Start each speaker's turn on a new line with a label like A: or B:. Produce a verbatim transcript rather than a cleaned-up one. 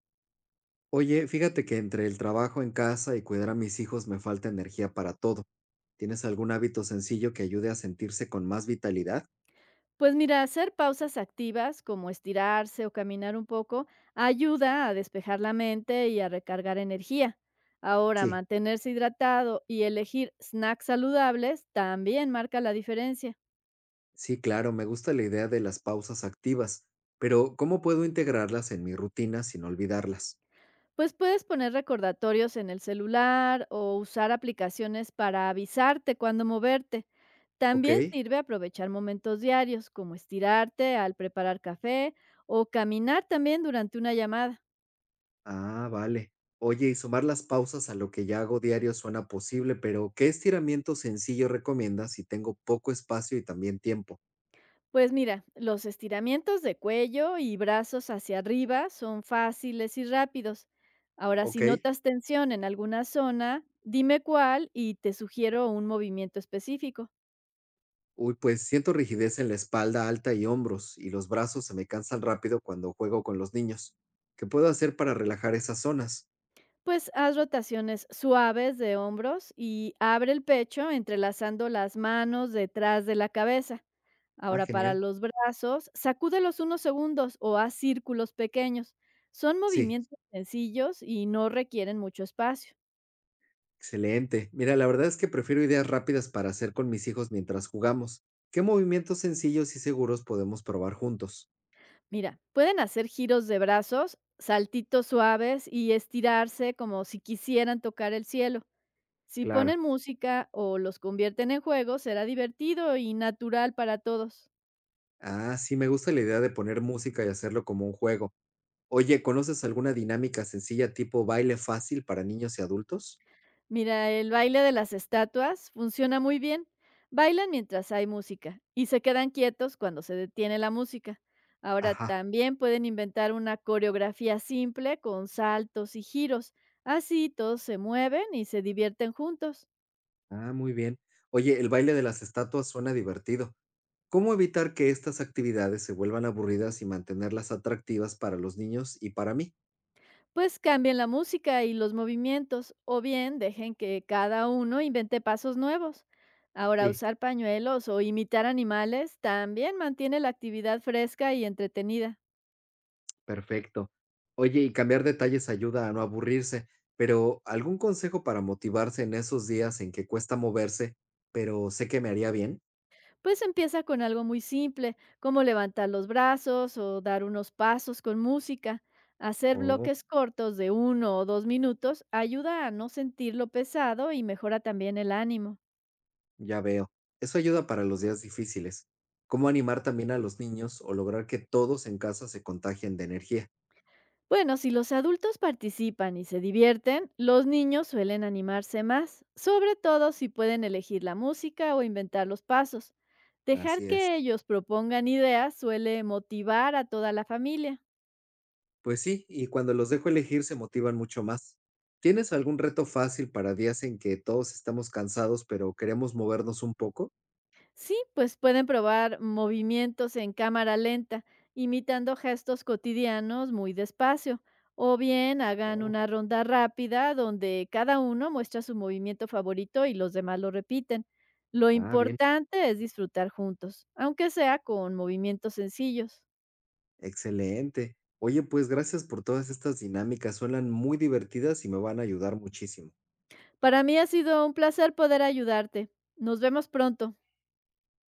A: Oye, fíjate que entre el trabajo en casa y cuidar a mis hijos me falta energía para todo. ¿Tienes algún hábito sencillo que ayude a sentirse con más vitalidad?
B: Pues mira, hacer pausas activas como estirarse o caminar un poco ayuda a despejar la mente y a recargar energía. Ahora,
A: Sí,
B: mantenerse hidratado y elegir snacks saludables también marca la diferencia.
A: sí, claro, me gusta la idea de las pausas activas, pero ¿cómo puedo integrarlas en mi rutina sin olvidarlas?
B: Pues puedes poner recordatorios en el celular o usar aplicaciones para avisarte cuando moverte.
A: Ok,
B: También sirve aprovechar momentos diarios como estirarte al preparar café o caminar también durante una llamada.
A: ah, vale. Oye, y sumar las pausas a lo que ya hago diario suena posible, pero ¿qué estiramiento sencillo recomiendas si tengo poco espacio y también tiempo?
B: Pues mira, los estiramientos de cuello y brazos hacia arriba son fáciles y rápidos. Ahora,
A: Ok.
B: si notas tensión en alguna zona, dime cuál y te sugiero un movimiento específico.
A: Uy, pues siento rigidez en la espalda alta y hombros, y los brazos se me cansan rápido cuando juego con los niños. ¿Qué puedo hacer para relajar esas zonas?
B: Pues haz rotaciones suaves de hombros y abre el pecho entrelazando las manos detrás de la cabeza.
A: Ah,
B: Ahora, para
A: genial.
B: los brazos, sacúdelos unos segundos o haz círculos pequeños. Son
A: Sí,
B: movimientos sencillos y no requieren mucho espacio.
A: excelente. Mira, la verdad es que prefiero ideas rápidas para hacer con mis hijos mientras jugamos. ¿Qué movimientos sencillos y seguros podemos probar juntos?
B: Mira, pueden hacer giros de brazos, saltitos suaves y estirarse como si quisieran tocar el cielo. Si
A: Claro.
B: ponen música o los convierten en juegos, será divertido y natural para todos.
A: Ah, sí, me gusta la idea de poner música y hacerlo como un juego. Oye, ¿conoces alguna dinámica sencilla tipo baile fácil para niños y adultos?
B: Mira, el baile de las estatuas funciona muy bien. Bailan mientras hay música y se quedan quietos cuando se detiene la música. Ahora
A: Ajá.
B: también pueden inventar una coreografía simple con saltos y giros. Así todos se mueven y se divierten juntos.
A: Ah, muy bien. Oye, el baile de las estatuas suena divertido. ¿Cómo evitar que estas actividades se vuelvan aburridas y mantenerlas atractivas para los niños y para mí?
B: Pues cambien la música y los movimientos, o bien dejen que cada uno invente pasos nuevos. Ahora,
A: Sí,
B: usar pañuelos o imitar animales también mantiene la actividad fresca y entretenida.
A: perfecto. Oye, y cambiar detalles ayuda a no aburrirse, pero ¿algún consejo para motivarse en esos días en que cuesta moverse, pero sé que me haría bien?
B: Pues empieza con algo muy simple, como levantar los brazos o dar unos pasos con música. Hacer
A: Oh,
B: bloques cortos de uno o dos minutos ayuda a no sentirlo pesado y mejora también el ánimo.
A: ya veo. Eso ayuda para los días difíciles. ¿Cómo animar también a los niños o lograr que todos en casa se contagien de energía?
B: Bueno, si los adultos participan y se divierten, los niños suelen animarse más, sobre todo si pueden elegir la música o inventar los pasos. Dejar
A: Así es.
B: que ellos propongan ideas suele motivar a toda la familia.
A: Pues sí, y cuando los dejo elegir se motivan mucho más. ¿Tienes algún reto fácil para días en que todos estamos cansados, pero queremos movernos un poco?
B: Sí, pues pueden probar movimientos en cámara lenta, imitando gestos cotidianos muy despacio, o bien hagan
A: Oh,
B: una ronda rápida donde cada uno muestra su movimiento favorito y los demás lo repiten. Lo
A: ah, bien,
B: importante es disfrutar juntos, aunque sea con movimientos sencillos.
A: excelente. Oye, pues gracias por todas estas dinámicas, suenan muy divertidas y me van a ayudar muchísimo.
B: Para mí ha sido un placer poder ayudarte. Nos vemos pronto.